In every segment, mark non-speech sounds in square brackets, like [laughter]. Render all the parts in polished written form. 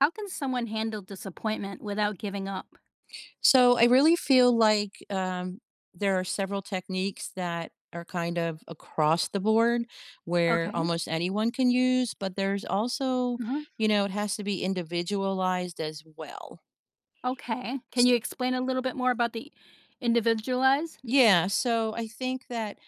How can someone handle disappointment without giving up? So I really feel like there are several techniques that are kind of across the board where Okay. almost anyone can use, but there's also, Uh-huh. It has to be individualized as well. Okay. Can So, you explain a little bit more about the individualized? yeah. So I think that,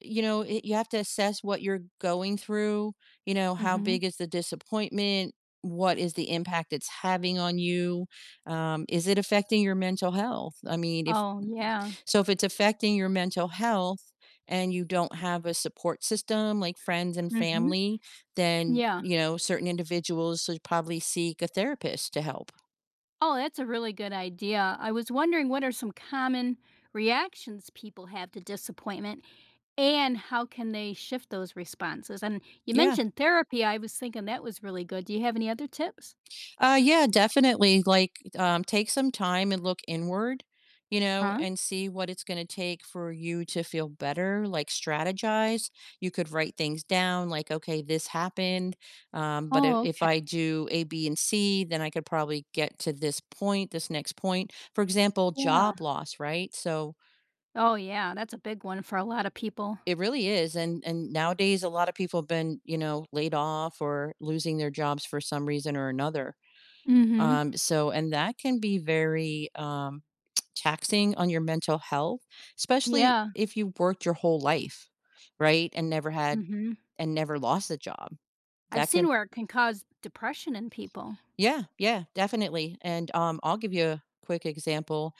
you have to assess what you're going through. How Mhm. big is the disappointment? What is the impact it's having on you? Is it affecting your mental health? I mean, if Oh, yeah. so if it's affecting your mental health and you don't have a support system like friends and Mhm. family, then, Yeah. Certain individuals should probably seek a therapist to help. Oh, that's a really good idea. I was wondering what are some common reactions people have to disappointment and how can they shift those responses? And you Yeah. mentioned therapy. I was thinking that was really good. Do you have any other tips? Yeah, definitely. Like, take some time and look inward, Huh? and see what it's going to take for you to feel better. Like, strategize. You could write things down, like, okay, this happened. Um, but if, Oh, if okay. I do A, B, and C, then I could probably get to this point, this next point. For example, Yeah. job loss, right? So, Oh, yeah. That's a big one for a lot of people. it really is, and nowadays a lot of people have been, laid off or losing their jobs for some reason or another. Mhm. So, and that can be very, taxing on your mental health, especially Yeah. if you worked your whole life, right? And never had Mhm. and never lost a job. I've That seen can, where it can cause depression in people. yeah, yeah, definitely. And I'll give you a quick example.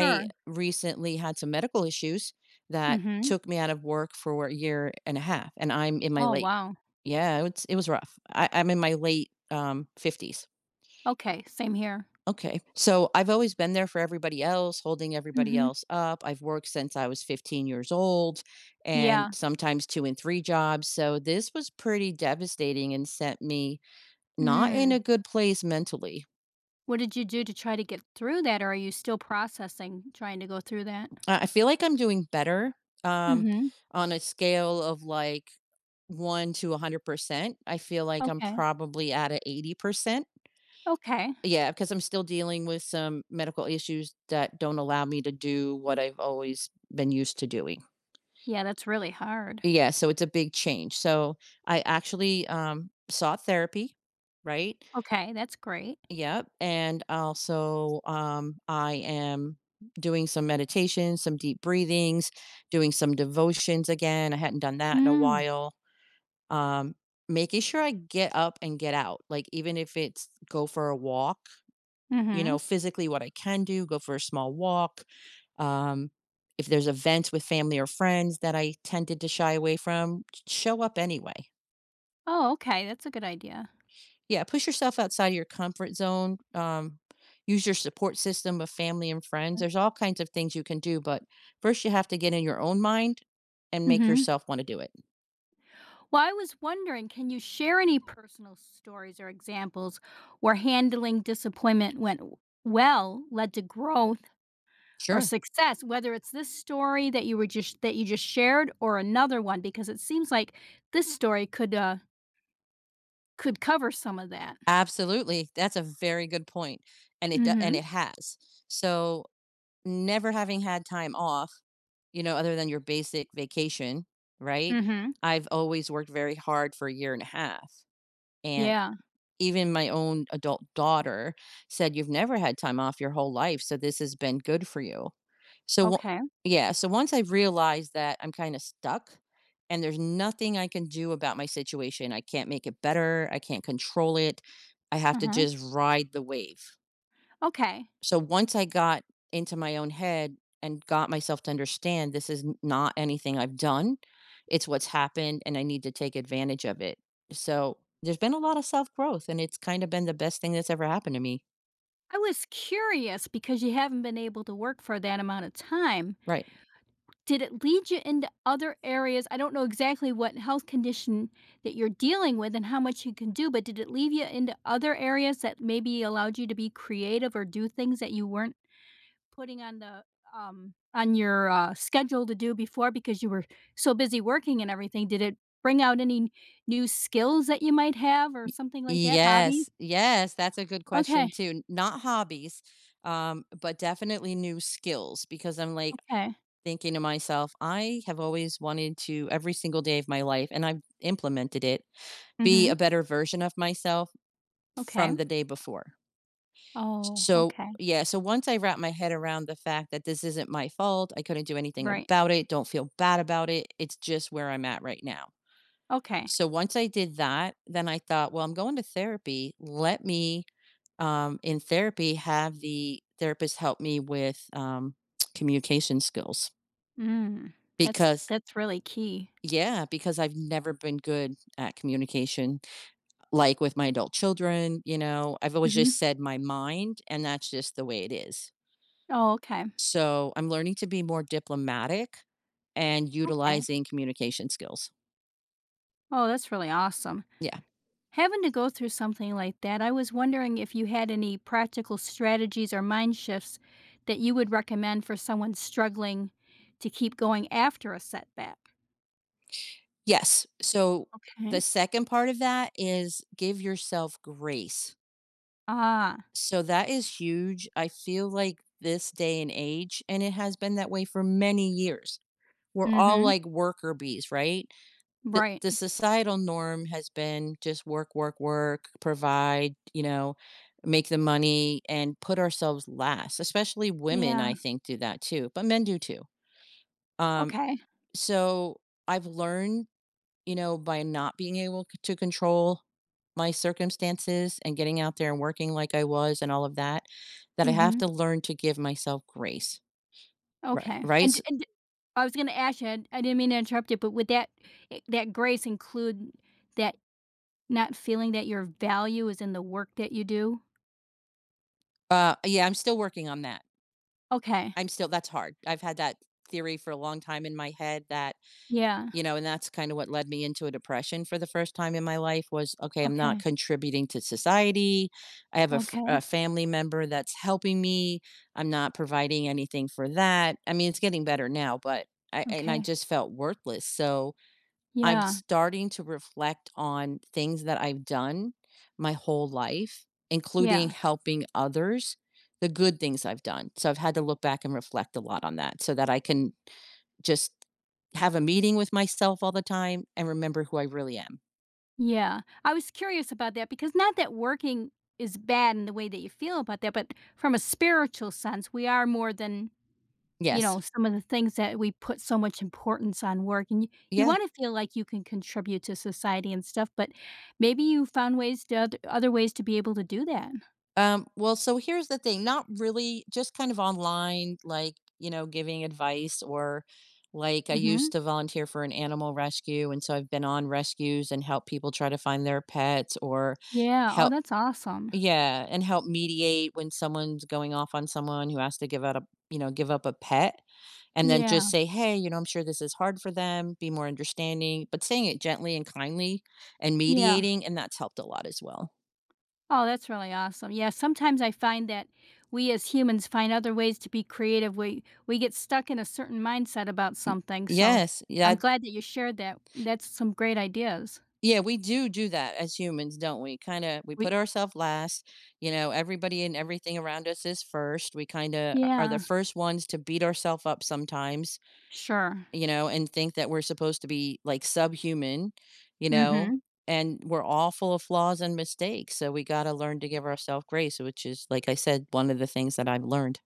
Sure. recently had some medical issues that Mhm. took me out of work for a year and a half, and I'm in my Oh, late, wow. yeah, it was rough. I'm in my late 50s. Okay, same here. Okay. So I've always been there for everybody else, holding everybody Mhm. else up. I've worked since I was 15 years old and Yeah. sometimes two and three jobs. So this was pretty devastating and sent me not in Mm. a good place mentally. What did you do to try to get through that, or are you still processing trying to go through that? I feel like I'm doing better, um, Mhm. on a scale of like one to 100%. I feel like I'm Okay. probably at a 80%. Okay. Yeah, because I'm still dealing with some medical issues that don't allow me to do what I've always been used to doing. Yeah, that's really hard. Yeah, so it's a big change. So I actually, sought therapy, right? Okay, that's great. Yep, and also, I am doing some meditation, some deep breathings, doing some devotions again. I hadn't done that in a Mm. while. Um, making sure I get up and get out, like, even if it's go for a walk, Mhm. physically what I can do, go for a small walk. Um, if there's events with family or friends that I tended to shy away from, show up anyway. Oh, okay, that's a good idea. Yeah, push yourself outside of your comfort zone. Use your support system of family and friends. There's all kinds of things you can do, but first you have to get in your own mind and make Mhm. yourself want to do it. Well, I was wondering, can you share any personal stories or examples where handling disappointment well led to growth or Sure. success, whether it's this story that you just shared or another one because it seems like this story could could cover some of that. Absolutely. That's a very good point, and Mhm. it has. So, never having had time off, other than your basic vacation, right? Mhm. I've always worked very hard for a year and a half. And Yeah. even my own adult daughter said, "You've never had time off your whole life, so this has been good for you." So wo Okay. Yeah, so once I've realized that I'm kinda stuck and there's nothing I can do about my situation, I can't make it better, I can't control it, I have to Uh-huh. just ride the wave. Okay. So once I got into my own head and got myself to understand this is n not anything I've done, it's what's happened and I need to take advantage of it. So there's been a lot of self-growth and it's kinda been the best thing that's ever happened to me. I was curious because you haven't been able to work for that amount of time. Right. Did it lead you into other areas? I don't know exactly what health condition that you're dealing with and how much you can do, but did it lead you into other areas that maybe allowed you to be creative or do things that you weren't putting on the on your schedule to do before because you were so busy working and everything? Did it bring out any new skills that you might have or Y something like that? Hobbies? yes, yes, that's a good Okay. question too. Not hobbies, but definitely new skills because I'm, like, Okay. thinking to myself, "I have always wanted to every single day of my life," and I've implemented it, be Mm-hmm. a better version of myself Okay. from the day before. Oh, So, okay. yeah, so once I wrap my head around the fact that this isn't my fault, I couldn't do anything Right. about it, don't feel bad about it, it's just where I'm at right now. Okay. So, once I did that, then I thought, well, I'm going to therapy. Let me, in therapy, have the therapist help me with, communication skills, Mm. That's because, that's really key. yeah, because I've never been good at communication like with my adult children. I've always Mhm. just said my mind, and that's just the way it is. Oh, okay. So, I'm learning to be more diplomatic and Okay. utilizing communication skills. Oh, that's really awesome. Yeah. Having to go through something like that, I was wondering if you had any practical strategies or mind shifts that you would recommend for someone struggling to keep going after a setback. Yes. So, the Okay. second part of that is give yourself grace. Ah. So, that is huge. I feel like this day and age, and it has been that way for many years, we're all Mhm. like worker bees, right? the Right. the societal norm has been just work, work, work, provide, make the money and put ourselves last. Especially women, I Yeah. think, do that too, but men do too. Um, Okay. so I've learned, by not being able to control my circumstances and getting out there and working like I was and all of that, that I have Mhm. to learn to give myself grace. Right. Okay. Right. And and I was going to ask you, I didn't mean to interrupt you, but would that grace include that not feeling that your value is in the work that you do? Yeah, I'm still working on that. Okay. I'm still, that's hard. I've had that theory for a long time in my head that, Yeah. you know, and that's kind of what led me into a depression for the first time in my life, was, okay, I'm not Okay, contributing to society. I have a, okay, a family member that's helping me. I'm not providing anything for that. I mean, it's getting better now, but I, and I okay. just felt worthless. So I'm Yeah, starting to reflect on things that I've done my whole life, including yeah, helping others, the good things I've done. So I've had to look back and reflect a lot on that so that I can just have a meeting with myself all the time and remember who I really am. yeah. I was curious about that because not that working is bad in the way that you feel about that, but from a spiritual sense, we are more than, you know, Yes. some of the things that we put so much importance on work. And you Yeah. want to feel like you can contribute to society and stuff, but maybe you found ways to other, other ways to be able to do that. Well, so here's the thing, not really, just kind of online, like, giving advice, or like I Hmm. used to volunteer for an animal rescue. And so I've been on rescues and help people try to find their pets, or Yeah. Oh, help that's awesome. yeah, and help mediate when someone's going off on someone who has to give out a, give up a pet, and then Yeah, just say, "Hey, you know, I'm sure this is hard for them, be more understanding," but saying it gently and kindly and yeah. mediating, and that's helped a lot as well. Oh, that's really awesome. Yeah, sometimes I find that we as humans find other ways to be creative. We get stuck in a certain mindset about Y something. So Yes, I'm yeah, glad that you shared that. That's some great ideas. yeah, we do do that as humans, don't we? Kinda we We, put ourselves last, everybody and everything around us is first, we kinda are the yeah, first ones to beat ourselves up sometimes, sure. And think that we're supposed to be like subhuman, you Mm-hmm. know, and we're all full of flaws and mistakes. So we got to learn to give ourselves grace, which is, like I said, one of the things that I've learned.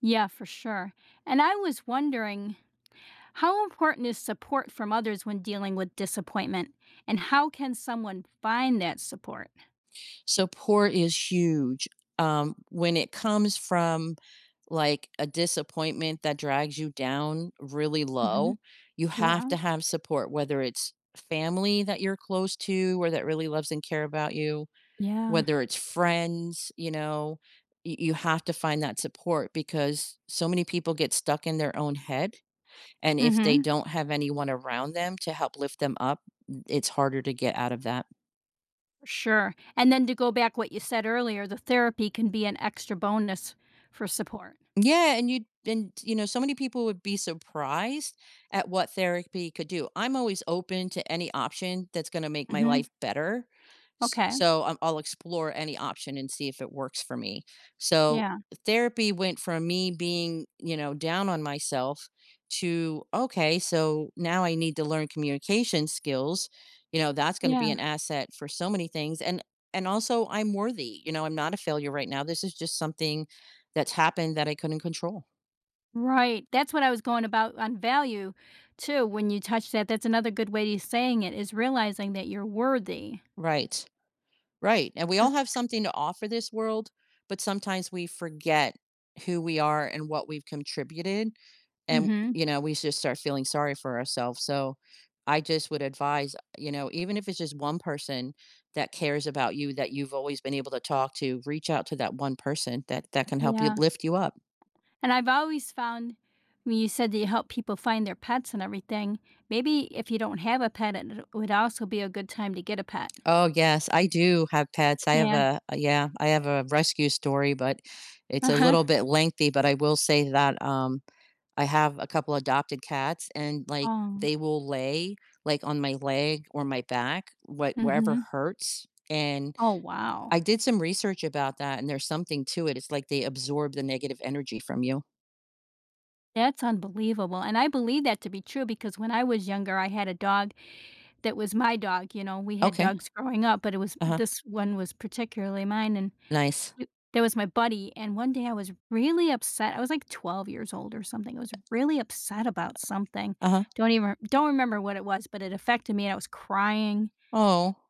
Yeah, for sure. And I was wondering how important is support from others when dealing with disappointment? And how can someone find that support? Support is huge. When it comes from like a disappointment that drags you down really Mm-hmm. low, you have Yeah. to have support, whether it's family that you're close to or that really loves and care about you, Yeah. whether it's friends. You have to find that support because so many people get stuck in their own head. And if they Mm-hmm. don't have anyone around them to help lift them up, it's harder to get out of that. Sure. And then to go back what you said earlier, the therapy can be an extra bonus for support. Yeah, and so many people would be surprised at what therapy could do. I'm always open to any option that's gonna make my Mhm. life better. S Okay. so, I'll explore any option and see if it works for me. So, Yeah. therapy went from me being, down on myself to, "Okay, so now I need to learn communication skills." You know, that's gonna be an Yeah. asset for so many things, and also I'm worthy. I'm not a failure right now. This is just something that's happened that I couldn't control. Right. That's what I was going about on value too when you touch that. That's another good way to saying it is realizing that you're worthy. Right, right, and we all Is- have something to offer this world, but sometimes we forget who we are and what we've contributed, and, Mhm. We just start feeling sorry for ourselves. So I just would advise, even if it's just one person that cares about you that you've always been able to talk to, reach out to that one person that that can help you Yeah. lift you up. And I've always found when you said that you help people find their pets and everything, maybe if you don't have a pet, it would also be a good time to get a pet. Oh, yes, I do have pets. I have Yeah. Yeah, I have a rescue story, but it's Uh a huh. little bit lengthy, but I will say that, I have a couple adopted cats and, like, Oh. they will lay, like, on my leg or my back, what Mm wherever hmm. hurts, and Oh, wow. I did some research about that, and there's something to it. It's like they absorb the negative energy from you. That's unbelievable, and I believe that to be true because when I was younger, I had a dog that was my dog, you know, we had Okay. dogs growing up, but it was Uh-huh. this one was particularly mine, and Nice. y that was my buddy, and one day I was really upset, I was, like, 12 years old or something, I was really upset about something, Uh-huh. Don't remember what it was, but it affected me, and I was crying, Oh,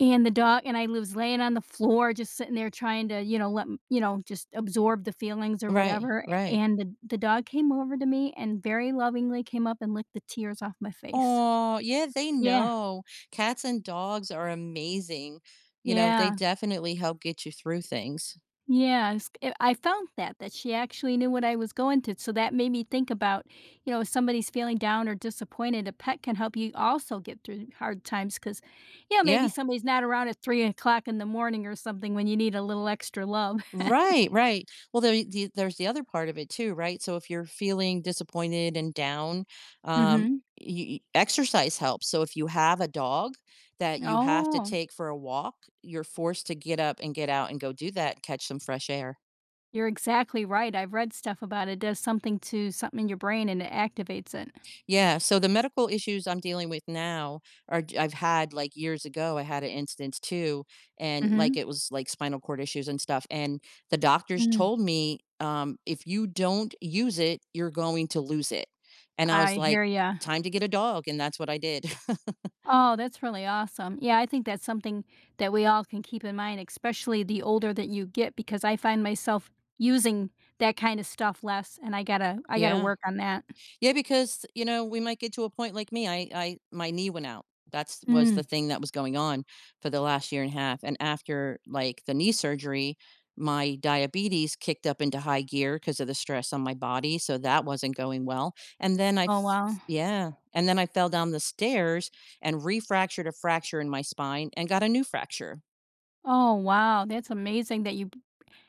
and the dog and I was laying on the floor just sitting there trying to, you know, let m you know, just absorb the feelings or right, whatever, right. and the dog came over to me and very lovingly came up and licked the tears off my face. Oh yeah, they Yeah, know. Cats and dogs are amazing. You know, they yeah, definitely help get you through things. yeah, I felt that, that she actually knew what I was going through. So that made me think about, you know, if somebody's feeling down or disappointed, a pet can help you also get through hard times 'cause, you know, maybe Yeah. somebody's not around at 3 o'clock in the morning or something when you need a little extra love. [laughs] Right, right. Well, there's the other part of it too, right? So if you're feeling disappointed and down, um, Mhm. y exercise helps. So if you have a dog that you have to Oh. take for a walk, you're forced to get up and get out and go do that and catch some fresh air. You're exactly right, I've read stuff about it. It does something to something in your brain and it activates it. Yeah, so the medical issues I'm dealing with now, are j I've had, like, years ago, I had an instance too, and, like, Mhm, it was, like, spinal cord issues and stuff, and the doctors mhm, told me, "If you don't use it, you're going to lose it." And I I was like, hear ya. "Time to get a dog," and that's what I did. [laughs] Oh, that's really awesome. Yeah, I think that's something that we all can keep in mind, especially the older that you get, because I find myself using that kinda stuff less, and I gotta Yeah. work on that. Yeah, because, we might get to a point like me. I My knee went out. That's was Mm. the thing that was going on for the last year and a half, and after, like, the knee surgery, my diabetes kicked up into high gear because of the stress on my body, so that wasn't going well, and then I f Oh, wow. yeah, and then I fell down the stairs and refractured a fracture in my spine and got a new fracture. Oh, wow, that's amazing that you b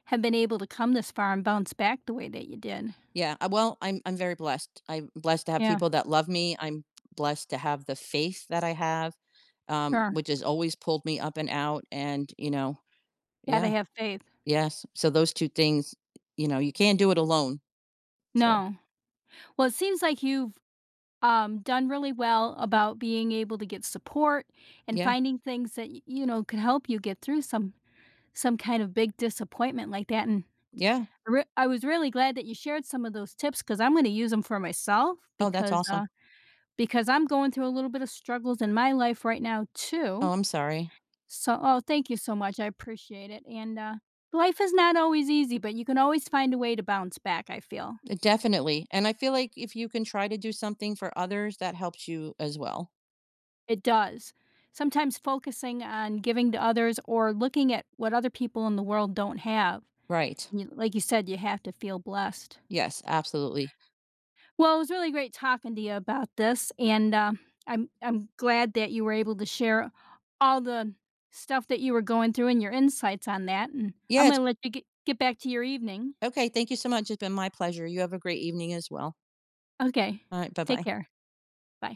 have been able to come this far and bounce back the way that you did. Yeah, well, I'm very blessed. I'm blessed to have Yeah, people that love me. I'm blessed to have the faith that I have, sure. which has always pulled me up and out and, Gotta yeah, have faith. yes. So those two things, you can't do it alone. So, No. Well, it seems like you've done really well about being able to get support and yeah, finding things that you know could help you get through some kind of big disappointment like that. And yeah. I was really glad that you shared some of those tips because I'm going to use them for myself Oh, that's awesome. Because I'm going through a little bit of struggles in my life right now too. Oh, I'm sorry. So oh, thank you so much. I appreciate it. And life is not always easy, but you can always find a way to bounce back. I feel. Definitely, and I feel like if you can try to do something for others, that helps you as well. It does. Sometimes focusing on giving to others or looking at what other people in the world don't have. Right. You, like you said, you have to feel blessed. Yes, absolutely. Well, it was really great talking to you about this, and I'm glad that you were able to share all the stuff that you were going through and your insights on that. And I'm Yeah, going it's to let you get back to your evening. okay, thank you so much. It's been my pleasure. You have a great evening as well. Okay, Alright, take bye-bye. care. Bye.